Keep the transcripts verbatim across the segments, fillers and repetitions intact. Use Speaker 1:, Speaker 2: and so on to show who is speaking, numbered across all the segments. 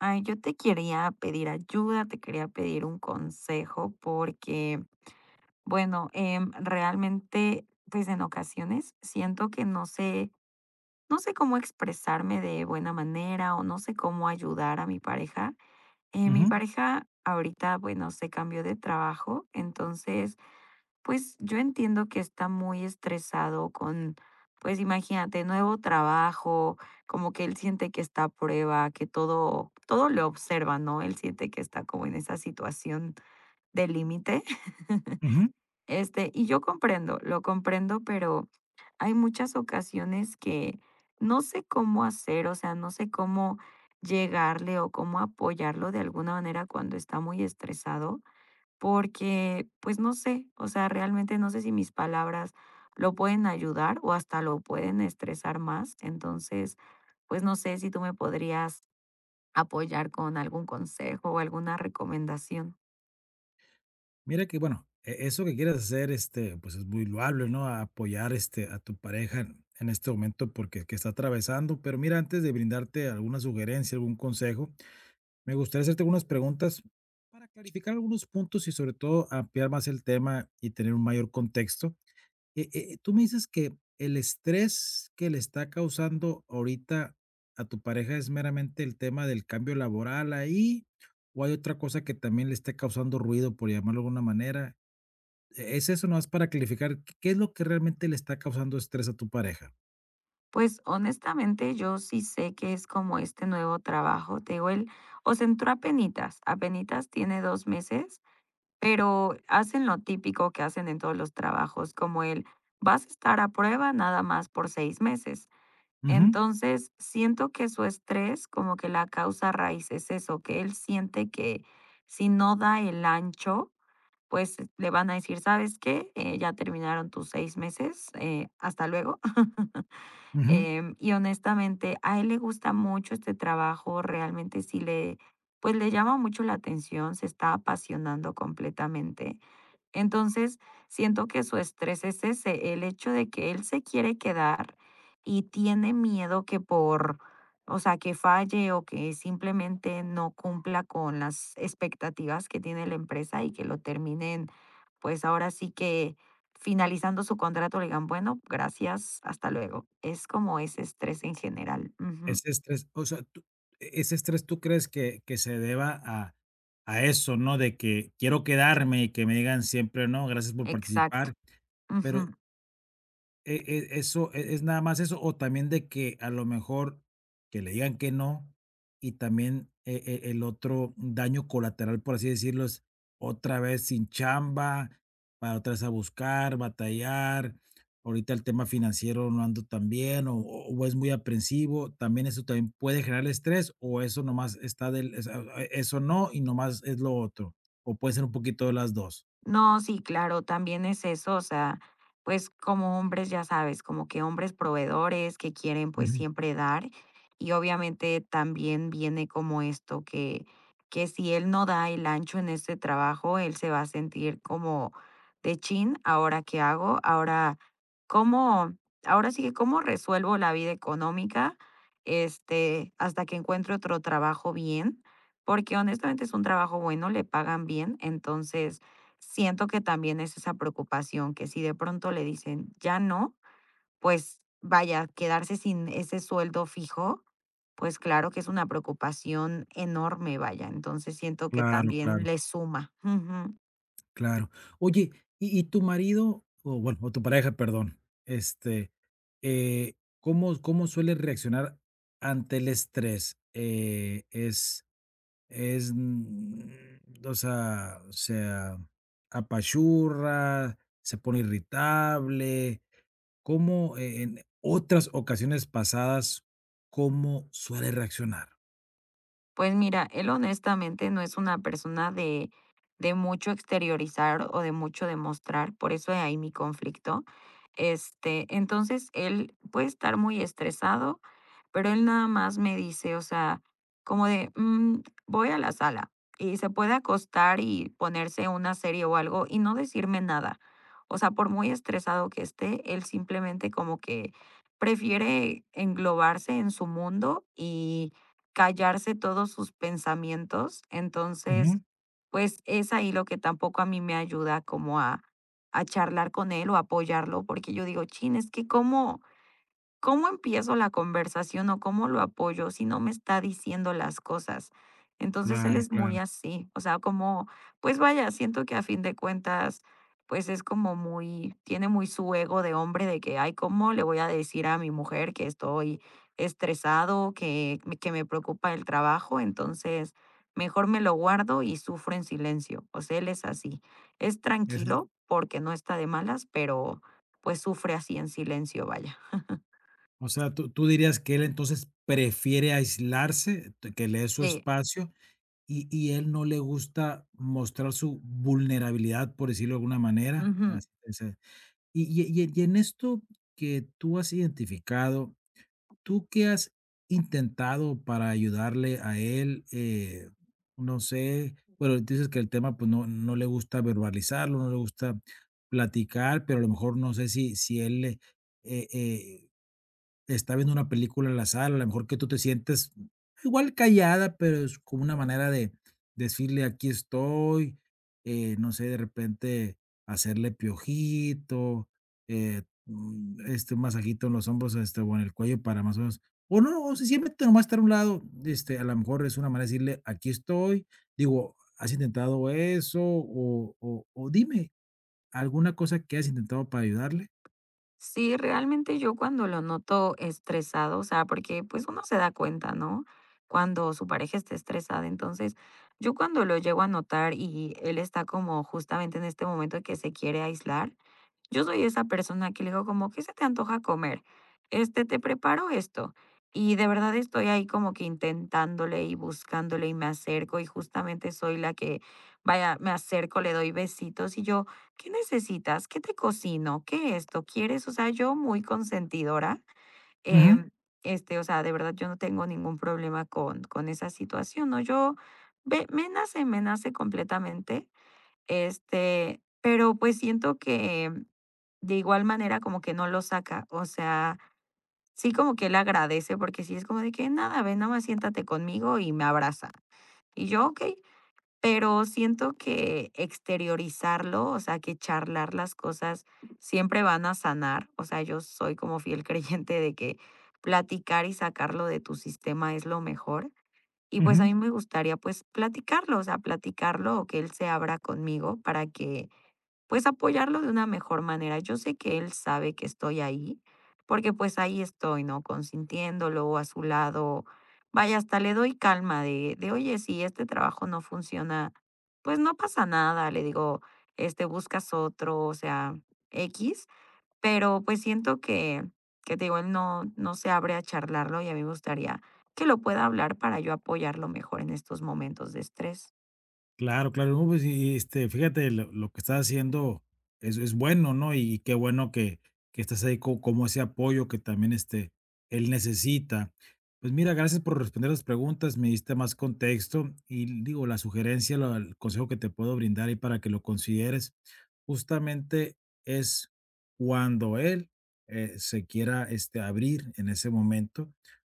Speaker 1: Ay, yo te quería pedir ayuda, te quería pedir un consejo porque, bueno, em, realmente, pues en ocasiones siento que no sé, no sé cómo expresarme de buena manera o no sé cómo ayudar a mi pareja. Eh, mi
Speaker 2: Ujú,
Speaker 1: pareja ahorita, bueno, se cambió de trabajo, entonces pues yo entiendo que está muy estresado con, pues imagínate, nuevo trabajo, como que él siente que está a prueba, que todo, todo le observa, ¿no? Él siente que está como en esa situación de límite.
Speaker 2: ujú.
Speaker 1: Este, y yo comprendo, lo comprendo, pero hay muchas ocasiones que no sé cómo hacer, o sea, no sé cómo llegarle o cómo apoyarlo de alguna manera cuando está muy estresado porque, pues no sé, o sea, realmente no sé si mis palabras lo pueden ayudar o hasta lo pueden estresar más. Entonces, pues no sé si tú me podrías apoyar con algún consejo o alguna recomendación.
Speaker 2: Mira que bueno, e eso que quieres hacer, este, pues, es muy loable, ¿no? A Apoyar, este, a tu pareja en en este momento porque que está atravesando. Pero mira, antes de brindarte alguna sugerencia, algún consejo, me gustaría hacerte algunas preguntas para clarificar algunos puntos y, sobre todo, ampliar más el tema y tener un mayor contexto. Eh eh, tú me dices que el estrés que le está causando ahorita a tu pareja es meramente el tema del cambio laboral ahí, o hay otra cosa que también le esté causando ruido, por llamarlo de alguna manera. ¿E Es eso nomás para clarificar qué qué es lo que realmente le está causando estrés a tu pareja?
Speaker 1: Pues honestamente yo sí sé que es como este nuevo trabajo, te digo, él o se entró apenitas, apenitas tiene dos meses, pero hacen lo típico que hacen en todos los trabajos, como el vas a estar a prueba nada más por seis meses.
Speaker 2: Ujú,
Speaker 1: Entonces, siento que su estrés, como que la causa raíz es eso, que él siente que si no da el ancho, pues eh, le van a decir, ¿sabes qué? Eh, ya terminaron tus seis meses, eh, hasta luego.
Speaker 2: ujú.
Speaker 1: Em, y honestamente, a él le gusta mucho este trabajo, realmente sí le, pues le llama mucho la atención, se está apasionando completamente. Entonces, siento que su estrés es ese, el hecho de que él se quiere quedar y tiene miedo que por, o sea, que falle o que simplemente no cumpla con las expectativas que tiene la empresa y que lo terminen, pues ahora sí que finalizando su contrato le digan, bueno, gracias, hasta luego. Es como ese estrés en general. Ujú.
Speaker 2: Ese estrés, o sea, tú e ese estrés, ¿tú crees que que se deba a a eso, no? De que quiero quedarme y que me digan siempre: "No, gracias por
Speaker 1: Exacto.
Speaker 2: participar", pero
Speaker 1: Ujú.
Speaker 2: E e eso, e es nada más eso, o también de que a lo mejor que le digan que no, y también e e el otro daño colateral, por así decirlo, es otra vez sin chamba, para otra vez a buscar, batallar. Ahorita el tema financiero no ando tan bien, o o o es muy aprensivo, también eso también puede generar estrés, o eso nomás está del es a a- eso no, y nomás es lo otro, o puede ser un poquito de las dos.
Speaker 1: No, sí, claro, también es eso, o sea, pues como hombres, ya sabes, como que hombres proveedores que quieren pues
Speaker 2: Ujú.
Speaker 1: siempre dar y obviamente también viene como esto que, que si él no da el ancho en este trabajo, él se va a sentir como de chin, ahora qué hago, ahora cómo, ahora sí que cómo resuelvo la vida económica, este, hasta que encuentre otro trabajo bien, porque honestamente es un trabajo bueno, le pagan bien, entonces siento que también es esa preocupación, que si de pronto le dicen: "Ya no", pues vaya, quedarse sin ese sueldo fijo, pues claro que es una preocupación enorme, vaya. Entonces siento que
Speaker 2: Claro,
Speaker 1: también
Speaker 2: claro.
Speaker 1: le suma. Ujú.
Speaker 2: Claro. Oye, y y tu marido, o bueno, o tu pareja, perdón, este, eh, ¿cómo cómo suele reaccionar ante el estrés? Eh, ¿es es, mm, o sea o sea apachurra, se pone irritable? ¿Cómo, eh, en otras ocasiones pasadas, cómo suele reaccionar?
Speaker 1: Pues mira, él honestamente no es una persona de, de mucho exteriorizar o de mucho demostrar, por eso hay mi conflicto. Este, entonces él puede estar muy estresado, pero él nada más me dice, o sea, como de, "Mm, voy a la sala y se puede acostar y ponerse una serie o algo y no decirme nada. O sea, por muy estresado que esté, él simplemente como que prefiere englobarse en su mundo y callarse todos sus pensamientos.
Speaker 2: Ujú.
Speaker 1: Entonces, pues es ahí lo que tampoco a mí me ayuda como a, a charlar con él o apoyarlo, porque yo digo, chin, es que cómo, ¿cómo empiezo la conversación o cómo lo apoyo si no me está diciendo las cosas? Entonces él
Speaker 2: Claro,
Speaker 1: es muy
Speaker 2: claro.
Speaker 1: así, o sea, como, pues vaya, siento que a fin de cuentas, pues es como muy, tiene muy su ego de hombre de que, ay, ¿cómo le voy a decir a mi mujer que estoy estresado, que, me- que me preocupa el trabajo? Entonces, mejor me lo guardo y sufro en silencio. O sea, él es así. Es tranquilo porque no está de malas, pero pues sufre así en silencio, vaya.
Speaker 2: O sea, tú tú dirías que él entonces prefiere aislarse, t que le dé su
Speaker 1: Sí.
Speaker 2: espacio, y y él no le gusta mostrar su vulnerabilidad, por decirlo de alguna manera,
Speaker 1: Ujú.
Speaker 2: así o sea, y y y y en esto que tú has identificado, ¿tú qué has intentado para ayudarle a él? Eh, no sé, bueno, dices que el tema, pues, no no le gusta verbalizarlo, no le gusta platicar, pero a lo mejor no sé si si él le, eh eh, está viendo una película en la sala, a lo mejor que tú te sientes igual callada, pero es como una manera de decirle aquí estoy, eh, no sé, de repente hacerle piojito, eh, mm, este, un masajito en los hombros, este, o en el cuello para más o menos, o no, o si siempre nomás estar a un lado, este, a lo mejor es una manera de decirle aquí estoy, digo, ¿has intentado eso? O, o, o dime alguna cosa que has intentado para ayudarle.
Speaker 1: Sí, realmente yo cuando lo noto estresado, o sea, porque pues uno se da cuenta, ¿no? Cuando su pareja está estresada. Entonces, yo cuando lo llego a notar y él está como justamente en este momento que se quiere aislar, yo soy esa persona que le digo como: "¿Qué se te antoja comer? Este, te preparo esto". Y de verdad estoy ahí como que intentándole y buscándole y me acerco, y justamente soy la que, vaya, me acerco, le doy besitos y yo: "¿Qué necesitas? ¿Qué te cocino? ¿Qué esto? ¿Quieres?". O sea, yo muy consentidora,
Speaker 2: Ujú,
Speaker 1: em, este, o sea, de verdad yo no tengo ningún problema con con esa situación, ¿no? Yo ve me nace, me nace completamente, este, pero, pues, siento que de igual manera, como que no lo saca, o sea, sí como que él agradece, porque sí es como de que: "Nada, ven, nada más siéntate conmigo", y me abraza. Y yo: "Okey", pero siento que exteriorizarlo, o sea, que charlar las cosas siempre van a sanar, o sea, yo soy como fiel creyente de que platicar y sacarlo de tu sistema es lo mejor, y, pues, a
Speaker 2: ujú.
Speaker 1: mí me gustaría, pues, platicarlo, o sea, platicarlo o que él se abra conmigo para que pues apoyarlo de una mejor manera. Yo sé que él sabe que estoy ahí, porque pues ahí estoy, ¿no? Consintiéndolo a su lado. Vaya, hasta le doy calma de, de, oye, si este trabajo no funciona, pues no pasa nada, le digo, este, buscas otro, o sea, X, pero pues siento que, que te digo, él no, no se abre a charlarlo y a mí me gustaría que lo pueda hablar para yo apoyarlo mejor en estos momentos de estrés.
Speaker 2: Claro, claro. No, pues, y, este, fíjate, lo, lo que estás haciendo es, es bueno, ¿no? Y qué bueno que, que estás ahí co- como ese apoyo que también este, él necesita. Pues mira, gracias por responder las preguntas, me diste más contexto y digo, la sugerencia, lo- el consejo que te puedo brindar y para que lo consideres, justamente es cuando él eh, se quiera este, abrir en ese momento,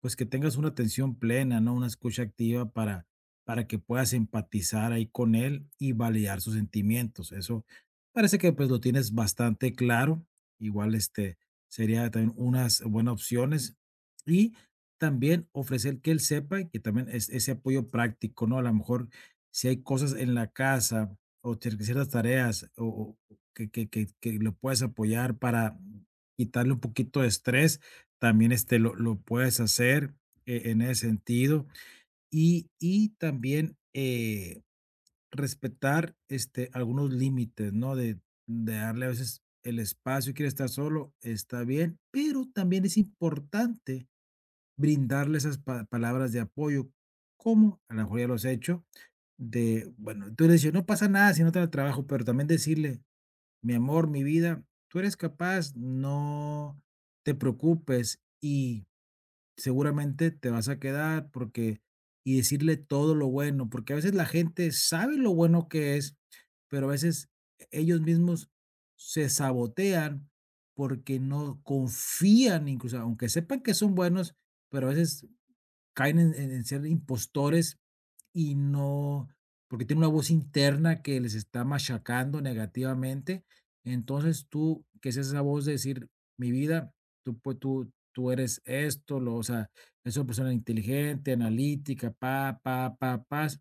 Speaker 2: pues que tengas una atención plena, ¿no? Una escucha activa para para que puedas empatizar ahí con él y validar sus sentimientos. Eso parece que pues lo tienes bastante claro. Igual este sería también unas buenas opciones y también ofrecer que él sepa que también es ese apoyo práctico, ¿no? A lo mejor si hay cosas en la casa o cier- ciertas tareas o, o que, que, que, que lo puedes apoyar para quitarle un poquito de estrés, también este lo, lo puedes hacer eh, en ese sentido y y también, eh, respetar, este, algunos límites, ¿no? De de darle a veces el espacio, quiere estar solo, está bien, pero también es importante brindarle esas pa palabras de apoyo, como a lo mejor ya lo has hecho, de, bueno, tú le dices: "No pasa nada si no te da trabajo", pero también decirle: "Mi amor, mi vida, tú eres capaz, no te preocupes", y seguramente te vas a quedar porque y decirle todo lo bueno, porque a veces la gente sabe lo bueno que es, pero a veces e ellos mismos se sabotean porque no confían, incluso aunque sepan que son buenos, pero a veces caen en en en ser impostores y no porque tiene una voz interna que les está machacando negativamente. Entonces tú, que es esa voz de decir, mi vida, tú, pues, tú, tú eres esto, lo, o sea, es una persona inteligente, analítica, pa, pa, pa, paz,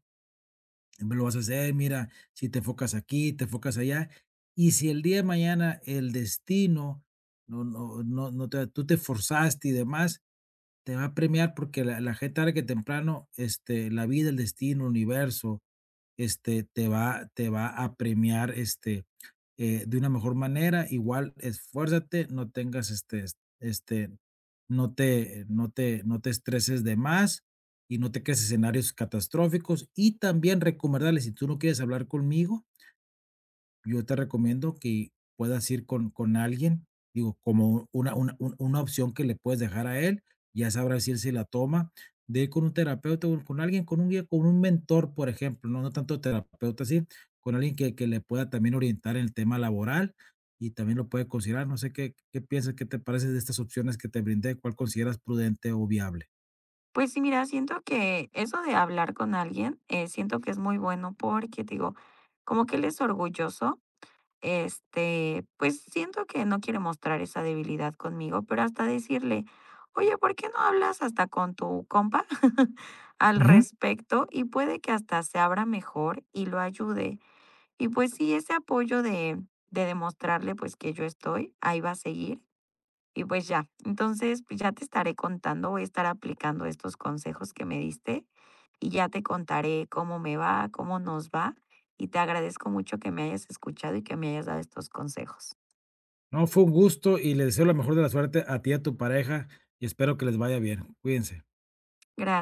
Speaker 2: lo vas a hacer, mira, si te enfocas aquí, te enfocas allá. Y si el día de mañana el destino, no, no, no, no te, tú te forzaste y demás, te va a premiar porque la, la gente tarde que temprano, este, la vida, el destino, el universo, este, te va te va a premiar, este, eh, de una mejor manera. Igual esfuérzate, no tengas, este es- este, no te no te no te estreses de más y no te crees escenarios catastróficos. Y también recomendarle, si tú no quieres hablar conmigo, yo te recomiendo que puedas ir con con alguien, digo, como una una un una opción que le puedes dejar a él, ya sabrá si él se la toma, de ir con un terapeuta, o con alguien, con un guía, con un mentor, por ejemplo, no no tanto terapeuta así, con alguien que que le pueda también orientar en el tema laboral y también lo puede considerar, no sé, ¿qué qué piensas? ¿Qué te parece de estas opciones que te brindé? ¿Cuál consideras prudente o viable?
Speaker 1: Pues sí, mira, siento que eso de hablar con alguien, eh, siento que es muy bueno porque, te digo, como que él es orgulloso, este, pues siento que no quiere mostrar esa debilidad conmigo, pero hasta decirle, oye, ¿por qué no hablas hasta con tu compa al
Speaker 2: Ujú.
Speaker 1: respecto? Y puede que hasta se abra mejor y lo ayude. Y pues sí, ese apoyo de, de demostrarle pues que yo estoy, ahí va a seguir. Y pues ya, entonces, pues ya te estaré contando, voy a estar aplicando estos consejos que me diste y ya te contaré cómo me va, cómo nos va. Y te agradezco mucho que me hayas escuchado y que me hayas dado estos consejos.
Speaker 2: No, fue un gusto y les deseo la mejor de la suerte a ti y a tu pareja, y espero que les vaya bien. Cuídense.
Speaker 1: Gracias.